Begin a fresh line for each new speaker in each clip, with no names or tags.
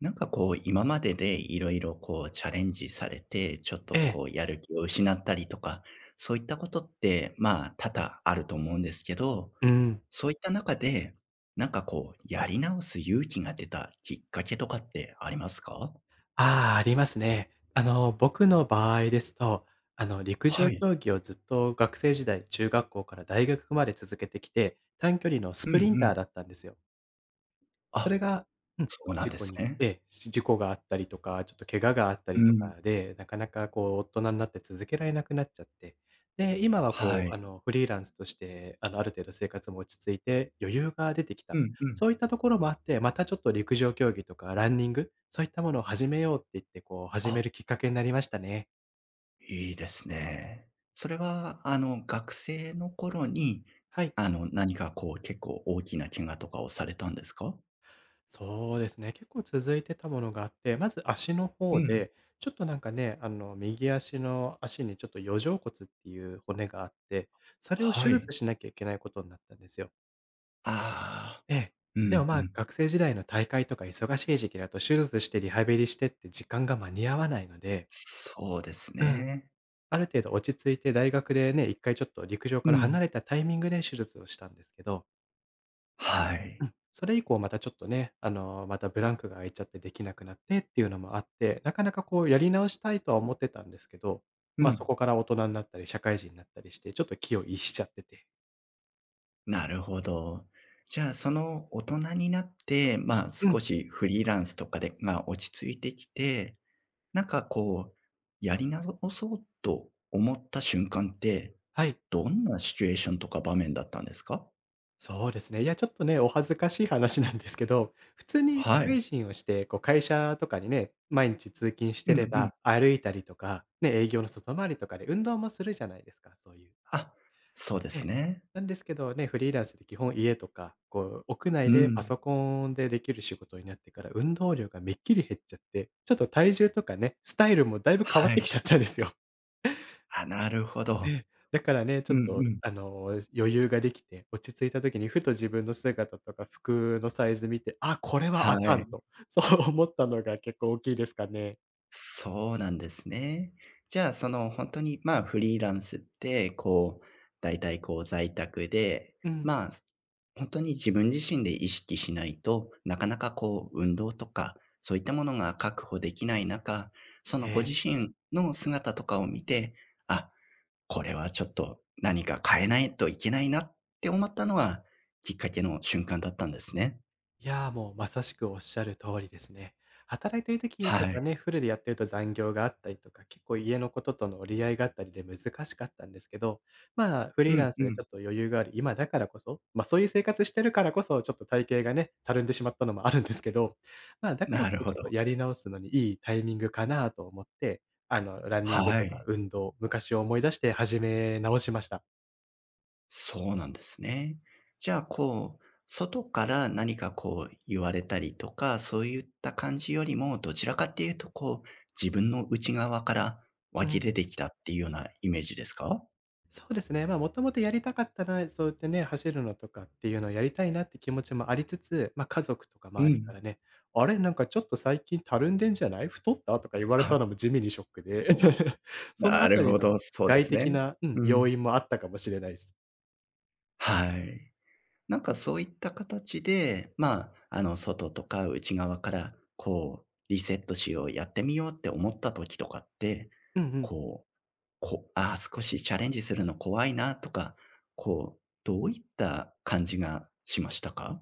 なんかこう、今まででいろいろこうチャレンジされて、ちょっ
え
と
え、
こうやる気を失ったりとか、そういったことって、まあ、多々あると思うんですけど、
うん。
そういった中で、なんかこう、やり直す勇気が出たきっかけとかってありますか？
ああ、ありますね。僕の場合ですと、陸上
はい。
競技をずっと学生時代、中学校から大学まで続けてきて、短距離のス
うん
プリン
う
ター
ん。
だったんですよ。それ
あ、
がうん、
そうなん
事
で
故
す
に
ね。
事故があったりとか、ちょっと怪我があった
う
りと
ん。
かで、なかなかこう大人になって続けられなくなっちゃって、で、今は
は
こう
い。
フリーランスとして、あのある程度生活も落ち着いて余裕が出てき
う
た。
んうん。
そういったところもあって、またちょっと陸上競技とかランニング、そういったものを始めようって言ってこう始め
あ。
るきっかけになりましたね。
いいですね。それは、あの、学生の頃に、
はい。
あの、何かこう、結構大きな怪我とかをされたんですか？
そうですね。結構続いてたものがあって、まず足の
う
方
ん。
で、ちょっとなんかね、右足の足にちょっと余剰骨っていう骨があって、それを手
は
術
い。
しなきゃいけないことになったんですよ。
ああ、
ええ。
う
でも
ん
ま
う
あ、
ん。
学生時代の大会とか忙しい時期だと手術してリハビリしてって時間が間に合わないので、
そうです
うん。
ね。
ある程度落ち着いて大学でね、一回ちょっと陸上
う
から離
ん。
れたタイミングで手術をしたんですけど、
は
う
い。
ん、それ以降またちょっとね、またブランクが空いちゃってできなくなってっていうのもあって、なかなかこうやり直したいとは思ってたんですけど、
う
ま、そ
ん。
こから大人になったり、社会人になったりして、ちょっと気を逸しちゃってて。
なるほど。じゃあ、その大人になって、まあ、
う
少
ん、
しフリーランスとかでが落ち着いてきて、なんかこう、やり直そうと思った瞬間って
はい、
どんなシチュエーションとか場面だったんですか？
そうですね。いや、ちょっとね、お恥ずかしい話なんですけど、普通に社
は
会
い。
人をして、こう会社とかにね、毎日通勤し
う
てれ
んうん。
ば、歩いたりとか、ね、営業の外回りとかで運動もするじゃないですか、そういう。
あ、そうで
え
す
え。
ね。
なんですけどね、フリーランスで基本家とか、こう屋内
う
でパ
ん。
ソコンでできる仕事になってから、運動量がめっきり減っちゃって、ちょっと体重とかね、スタイルもだいぶ変わ
は
ってきち
い。
ゃったんですよ。
あ、なるほど。
だからね、ち
う
ょ
ん
っと
うん。
余裕ができて、落ち着いた時にふと自分の姿とか服のサイズ見て、あ、これはあ
は
かん
い。
と、そう思ったのが結構大きいですかね。
そうなんですね。じゃあ、その、本当に、まあ、フリーランスって、こう、だいたい、こう、在宅で、
うん。
まあ、本当に自分自身で意識しないと、なかなか、こう、運動とか、そういったものが確保できない中、そ
え
の、ご自
え。
身の姿とかを見て、あ、これはちょっと何か変えないといけないなって思ったのは、きっかけの瞬間だったんですね。
いや、もうまさしくおっしゃる通りですね。働いてる時と
は
か
い。
ね、フルでやってると残業があったりとか、結構家のこととの折り合いがあったりで難しかったんですけど、まあ、フリ
う
ー
ん
ランス
う
でち
ん。
ょっと余裕がある今だからこそ、ま、そういう生活してるからこそ、ちょっと体型がね、たるんでしまったのもあるんですけど、まあ、だから
な
こ
る
そ
ほ
ちょっと
ど。
やり直すのにいいタイミングかなと思って、ランニング
は
とか
い。
運動、昔を思い出して始め直しました。
そうなんですね。じゃあ、こう、外から何かこう言われたりとか、そういった感じよりも、どちらかっていうと、こう、自分の内側から
う
湧き出
ん。
てきたっていうようなイメージですか？
そうですね。まあ、もともとやりたかったな、そうやってね、走るのとかっていうのをやりたいなって気持ちもありつつ、まあ、家族とか
う
周りか
ん。
らね、「あれ、なんかちょっと最近たるんでんじゃない？太った？」とか言われ
あ、
たのも地味にショックで、そのあ
な
た
る
り
ほ
の
ど、そうで
外
す
的
ね。
な、うん、
う
要
ん。
因もあったかもしれないです。
はい。なんかそういった形で、まあ、あの、外とか内側から、こう、リセットしよう、やってみようって思った時とかって、
うんうん。
こう、こああー、少しチャレンジするの怖いなとか、こう、どういった感じがしましたか？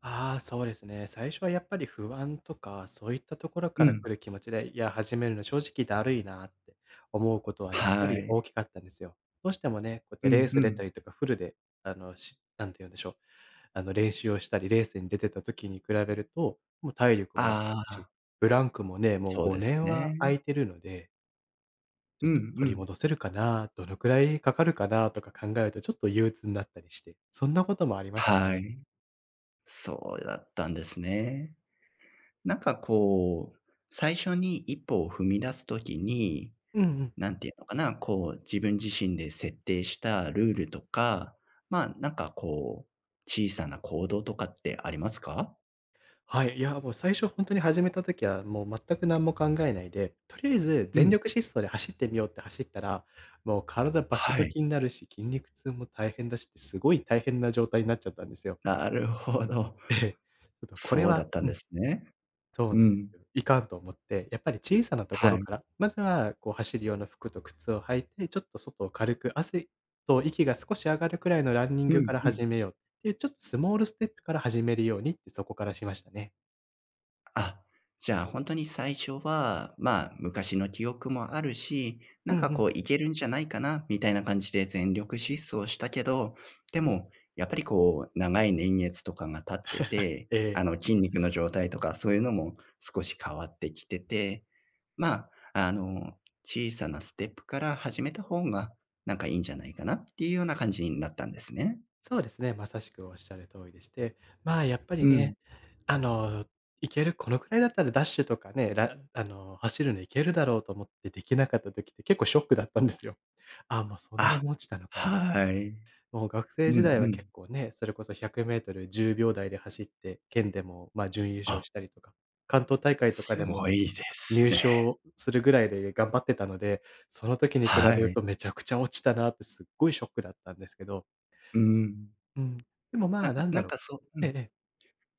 ああ、そうですね。最初はやっぱり不安とか、そういったところか
う
ら
ん。
来る気持ちで、いや、始めるの正直だるいなって思うことはやっぱ
は
り大
い。
きかったんですよ。どうしてもね、こうやっ
う
てレー
ん
ス
う
出た
ん。
りとかフルで、なんて言うんでしょう。練習をしたり、レースに出てた時に比べると、もう体力も落ち
あ
てるし、
あ、
ブランクもね、もう
そうで
5
す
年は空
ね。
いてるので、ちょ
う
っと
んう
取り
ん。
戻せるかな、どのくらいかかるかなとか考えるとちょっと憂鬱になったりして、そんなこともありました
は
ね。
い。そうだったんですね。なんかこう、最初に一歩を踏み出す時に
うんうん。
なんていうのかな、こう、自分自身で設定したルールとか、まあ、なんかこう、小さな行動とかってありますか？
はい、いや、もう最初本当に始めた時は、もう全く何も考えないで、とりあえず
う
全
ん。
力疾走で走ってみようって走ったら、もう体バキ
は
バ
い。
キになるし、筋肉痛も大変だしって、すごい大変な状態になっちゃったんですよ。
なるほど。
ええ。ちょっとこれ
そうだ
は
ったん
う
で
ん、
すね。
そう
う
なんで
ん。
すよ。いかんと思って、やっぱり小さなとこ
は
ろ
い。
から、まずはこう走る用の服と靴を履いて、ちょっと外を軽く汗と息が少し上がるくらいのランニン
う
グか
ん
ら
うん。
始めようっていう、ちょっとスモールステップから始めるようにって、そこからしましたね。
あ、じゃあ、本当に最初は、まあ、昔の記憶もあるし、
う
なんか
んうん。
こういけるんじゃないかなみたいな感じで全力疾走したけど、でも、やっぱりこう長い年月とかが経ってて、
え
あの、
え。
筋肉の状態とかそういうのも少し変わってきてて、まあ、あの、小さなステップから始めた方が、なんかいいんじゃないかなっていうような感じになったんですね。
そうですね、まさしくおっしゃる通りでして、まあ、やっぱり
う
ね、
ん。
あの、行ける、このくらいだったらダッシュとかね、らあの、走るの行けるだろうと思ってできなかった時って結構ショックだったんですよ。あもうそんな
あ、
に落ちたのかみたい
はい。う
な。もう学生時
ん
代
う
は
ん。
結構ね、それこそ100メートル10秒台で走って、県でも、まあ、準優勝
あ
したりとか、関東大会とか
す
で
ご
も
いです
入
ね。
賞するぐらいで頑張ってたので、その時に比べ
は
る
い。
とめちゃくちゃ落ちたなってすっごいショックだったんですけど
うん。
うん。でも、まあ、
な
なん
な
だ
ん
ろ
かそうう
う。え
ん、
えええ。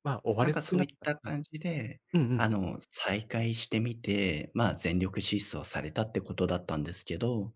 まあ、追わ
な
れ
ん
な
か
く
そ
な
う
っ
いっ
た。
た
うん。
感じで、
うんうん。
あの、再会してみて、まあ、全力疾走されたってことだったんですけど、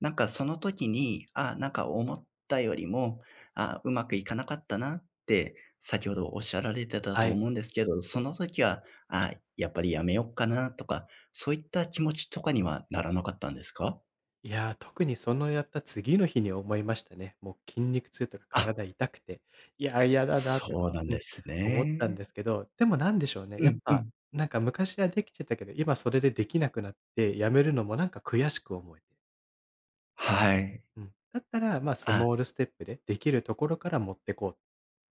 なんかその時に、あ、なんか思ったよりも、あ、うまくいかなかったなって先ほどおっしゃられてた
は
と
い。
思うんですけど、その時は、あ、やっぱりやめよっかなとか、そういった気持ちとかにはならなかったんですか？
いやー、特にそのやった次の日に思いましたね。もう筋肉痛とか
あ、
体痛くて、いやー、嫌だなと
そう
か、
なん
うん、
です
思ったんで
ね。
すけど、でもなんでしょうね、
う
やっ
んう
ぱ、
ん。
なんか昔はできてたけど、今それでできなくなって、やめるのもなんか悔しく思えて。
はい。
うん。だったら、まあ、ス
あ、
モールステップで、できるところから持ってこうっ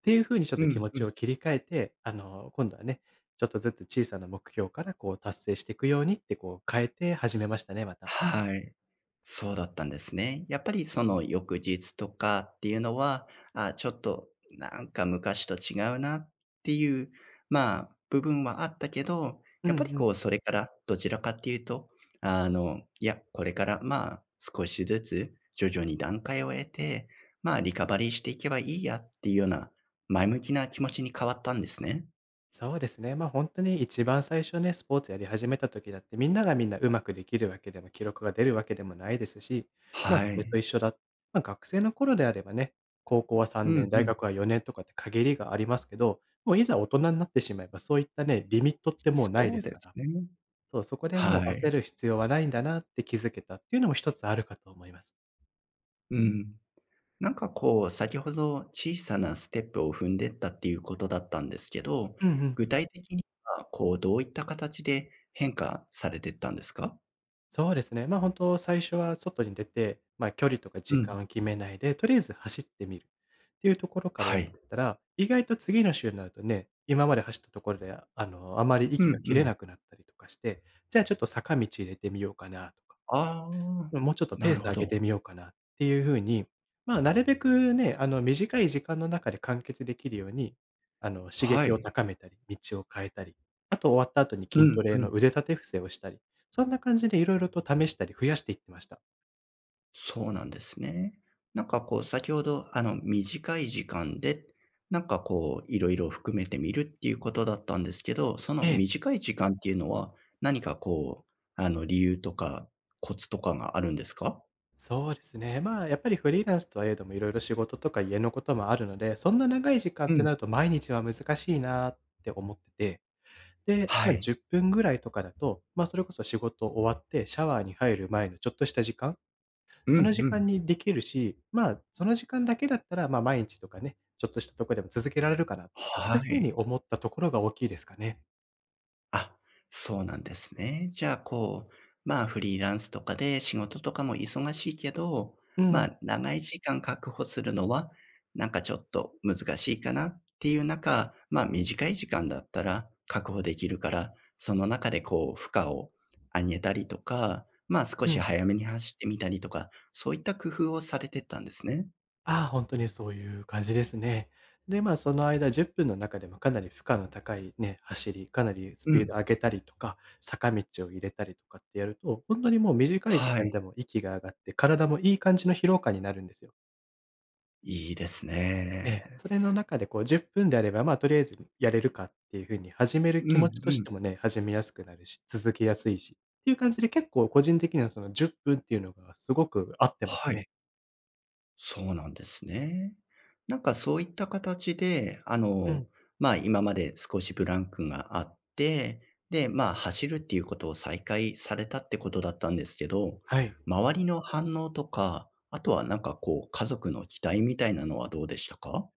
ていう風にちょっ
う
と気
ん
持
う
ち
ん。
を切り替えて、今度はね、ちょっとずつ小さな目標からこう達成していくようにってこう変えて始めましたね、また。
はい。そうだったんですね。やっぱりその翌日とかっていうのは、あ、ちょっとなんか昔と違うなっていう、まあ、部分はあったけど、
うん
や
う
っぱりこ
ん。
うそれからどちらかっていうと、あの、いや、これからまあ少しずつ徐々に段階を得て、まあリカバリーしていけばいいやっていうような前向きな気持ちに変わったんですね。
そうですね。まあ、本当に一番最初ね、スポーツやり始めた時だって、みんながみんなうまくできるわけでも、記録が出るわけでもないですし、ま、
は
それと
い。
一緒だ、ま、学生の頃であればね、高校は
う
3
ん
年、
う
大
ん。
学は4年とかって限りがありますけど、もういざ大人になってしまえば、そういったね、リミットってもうない
そ
で
う
す
で
か
す
ら、
ね。
そう、そこでも
は
う焦
い。
る必要はないんだなって気づけたっていうのも一つあるかと思います。
うん。なんかこう、先ほど小さなステップを踏んでったっていうことだったんですけど、
うんうん、
具体的にはこう、どういった形で変化されてったんですか？
そうですね。ま、本当最初は外に出て、ま、距離とか
う
時
ん。
間を決めないで、とりあえず走ってみるっていうところからや
は
っ
い。
てったら、意外と次の週になるとね、今まで走ったところで、あまり
う
息が
ん
切
う
れ
ん。
なくなったりとかして、じゃあちょっと坂道入れてみようかなとか。
ああ、
もうちょっとペー
なる
ス
ほ
上げ
ど。
てみようかなっていう風に、まあ、なるべくね、あの、短い時間の中で完結できるように、あの、刺
は
激を
い。
高めたり、道を変えたり、あと終わった後に
う
筋
ん
トレ
う
の
ん。
腕立て伏せをしたり、そんな感じでいろいろと試したり増やしていってました。
そうなんですね。なんかこう先ほど、あの、短い時間で、なんかこういろいろ含めてみるっていうことだったんですけど、その
ええ、
短い時間っていうのは、何かこう、あの、理由とかコツとかがあるんですか？
そうですね。まあ、やっぱりフリーランスとはいえども、いろいろ仕事とか家のこともあるので、そんな長い時間っ
う
て
ん。
なると毎日は難しいなって思ってて、で、ま
は
あ、
い。
10分ぐらいとかだと、まあ、それこそ仕事終わってシャワーに入る前のちょっとした時間、
う
その
ん
時
う
間
ん。
にできるし、まあ、その時間だけだったら、まあ、毎日とかね、ちょっとしたとこでも続けられるかな、そう
は
いうふう
い。
に思ったところが大きいですかね。
あ、そうなんですね。じゃあ、こう、まあ、フリーランスとかで仕事とかも忙しいけど、
う
ま
ん、
あ、長い時間確保するのは、なんかちょっと難しいかなっていう中、まあ、短い時間だったら確保できるから、その中でこう、負荷を上げたりとか、まあ、少
う
し
ん。
早めに走ってみたりとか、そういった工夫をされてったんですね。
ああ、本当にそういう感じですね。で、まあ、その間10分の中でもかなり負荷の高いね、走り、かなりス
う
ピード
ん。
上げたりとか、坂道を入れたりとかってやると、本当にもう短い時
は
間
い、
でも息が上がって、体もいい感じの疲労感になるんですよ。
いいです
ええ、
ね。
それの中でこう10分であれば、まあ、とりあえずやれるかっていう風に始める
う
気
ん
持ちと
う
し
ん。
てもね、始めやすくなるし、続けやすいしっていう感じで、結構個人的にはその10分っぷんっていうのがすごく合ってます
はい。
ね。
そうなんですね。なんかそういった形で、あ
う
の、
ん、
まあ、今まで少しブランクがあって、で、まあ、走るっていうことを再開されたってことだったんですけど、
はい。
周りの反応とか、あとはなんかこう、家族の期待みたいなのはどうでしたか？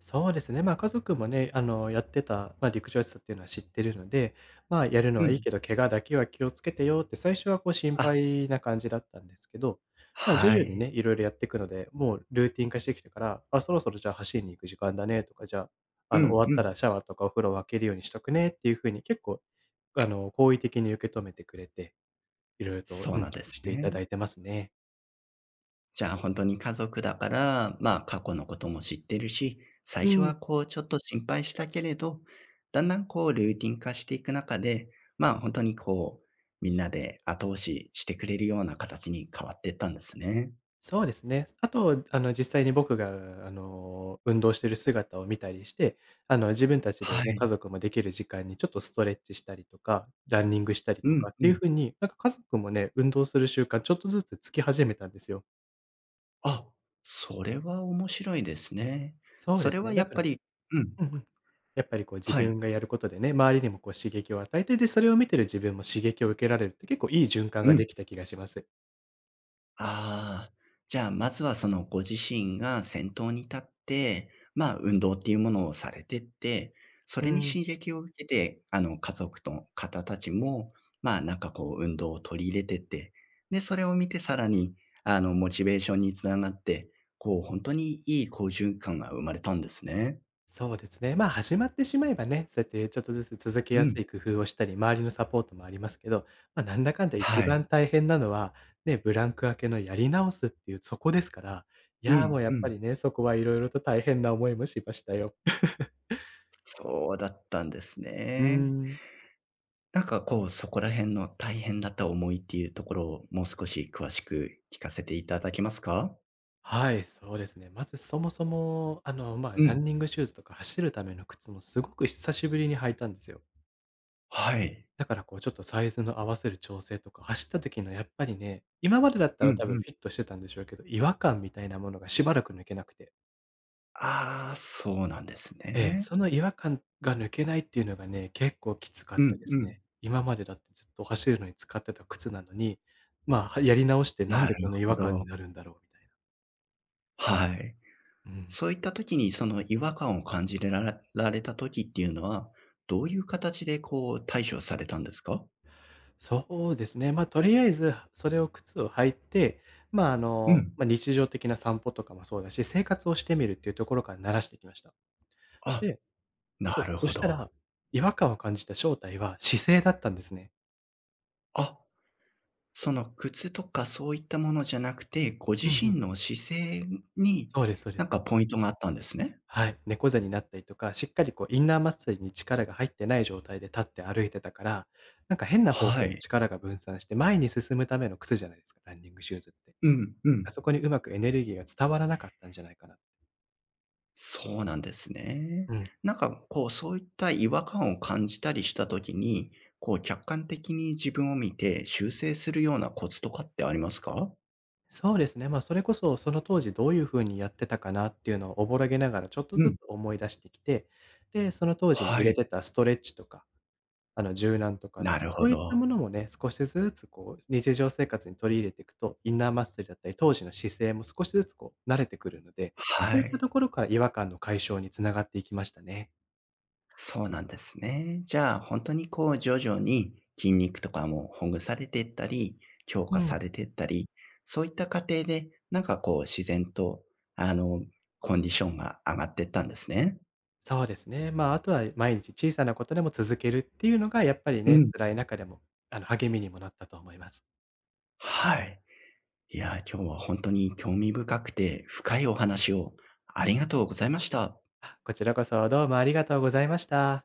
そうですね。まあ、家族もね、あの、やってた、まあ、陸上やってたっていうのは知ってるので、まあ、やるの
う
はいい
ん。
けど、怪我だけは気をつけてよって、最初はこう心
あ、
配な感じだったんですけど、まあ、徐
は
々にね、
い。
いろいろやっていくので、もうルーティン化してきてから、あ、そろそろじゃあ走りに行く時間だねとか、じゃあ、
う
あの、
ん
終わっ
う
た
ん。
らシャワーとかお風呂を開けるようにしとくねっていうふうに、結構、あの、好意的に受け止めてくれて、いろいろと、
そ
う
うな
ん、
んで
し
す
ていた
ね。
だいてますね。
じゃあ、本当に家族だから、まあ、過去のことも知ってるし、最
う
初は
ん。
こうちょっと心配したけれど、だんだんこうルーティン化していく中で、まあ、本当にこう、みんなで後押ししてくれるような形に変わっていったんですね。
そうですね。あと、あの、実際に僕が、あの、運動してる姿を見たりして、あの、自分たちで
は
ね、
い。
家族もできる時間にちょっとストレッチしたりとか、ランニングしたり
う
と
ん
かっ
う
ていう
ん。
風に、なんか家族もね、運動する習慣ちょっとずつつき始めたんですよ。
あ、それは面白いですね。
そうで
それ
す
は
ね。だ
やっ
から、
ぱりうん、
うんうん、やっぱりこう自
は
分
い。
がやることでね、周りにもこう刺激を与えて、で、それを見てる自分も刺激を受けられるって結構いい循環
う
が
ん。
できた気がします。
ああ、じゃあ、まずはそのご自身が先頭に立って、まあ、運動っていうものをされてって、そ
う
れに
ん。
刺激を受けて、あの、家族の方たちも、まあ、なんかこう、運動を取り入れてって、で、それを見てさらに、あの、モチベーションにつながって、こう、本当にいい好循環が生まれたんですね。
そうですね。まあ、始まってしまえばね、そうやってちょっとずつ続け
う
やす
ん。
い工夫をしたり、周りのサポートもありますけど、まあ、なんだかんだ一
はい。
番大変なのは、ね、ブランク明けのやり直すっていうそこですから、い
う
や、も
ん
うや
う
っぱ
ん。
りね、そこはいろいろと大変な思いもしましたよ。
そうだったんです
うー
ね。
ん。
なんかこう、そこら辺の大変だった思いっていうところを、もう少し詳しく聞かせていただけますか？
はい、そうですね。まずそもそも、あの、まあ、
う
ラン
ん。
ニングシューズとか走るための靴もすごく久しぶりに履いたんですよ。
はい。
だからこうちょっとサイズの合わせる調整とか、走った時のやっぱりね、今までだった
う
ら
ん
多分
う
フ
ん。
ィットしてたんでしょうけど、違和感みたいなものがしばらく抜けなくて。
ああ、そうなんです
ええ、
ね。
その違和感が抜けないっていうのがね、結構きつかっ
う
た
ん
で
う
す
ん。
ね。今までだってずっと走るのに使ってた靴なのに、まあ、はやり直してなん
なる
でこの違
ほ
和感に
ど。
なるんだろうみたいな。
はい。
うん。
そういった時に、その違和感を感じられた時っていうのは、どういう形でこう対処されたんですか？
そうですね、ま、あ、とりあえず、それを靴を履いて、まあ、あ
う
の、
ん。
まあ、日常的な散歩とかもそうだし、生活をしてみるっていうところから慣らしてきました。
あ、
で、
な
そう、
る
そ
ほ
したら、
ど。
違和感を感じた正体は姿勢だったんですね。
あその靴とかそういったものじゃなくて、ご自
うんうん。
身の姿勢に
そうですそうで
なん
す。
かポイントがあったんですね。
はい。猫背になったりとか、しっかりこうインナーマッスルに力が入ってない状態で立って歩いてたから、なんか変な方
は
向に
い。
力が分散して、前に進むための靴じゃないですか、ランニングシューズって。
うんう
あ
ん。
そこにうまくエネルギーが伝わらなかったんじゃないかな。
そうなんですね。
うん。
なんかこう、そういった違和感を感じたりした時に、こう客観的に自分を見て修正するようなコツとかってありますか？
そうですね、まあ、それこそ、その当時どういう風にやってたかなっていうのをおぼろげながらちょっと
う
ずつ
ん。
思い出してきて、で、その当時に
は
入れ
い。
てたストレッチとか、あの、柔軟とか、
なるほ
そういった
ど。
ものもね、少しずつこう、日常生活に取り入れていくと、インナーマッスルだったり、当時の姿勢も少しずつこう慣れてくるので、そ
は
ういった
い。
ところから違和感の解消に繋がっていきましたね。
そうなんですね。じゃあ、本当にこう徐々に筋肉とかもほぐされていったり、強
う
化さ
ん。
れていったり、そういった過程で、なんかこう自然と、あの、コンディションが上がっていったんですね。
そうですね。まあ、あとは毎日小さなことでも続けるっていうのが、やっぱり
う
ね、
ん。
辛い中でも、あの、励みにもなったと思います。
はい。いや、今日は本当に興味深くて深いお話をありがとうございました。
あ、こちらこそどうもありがとうございました。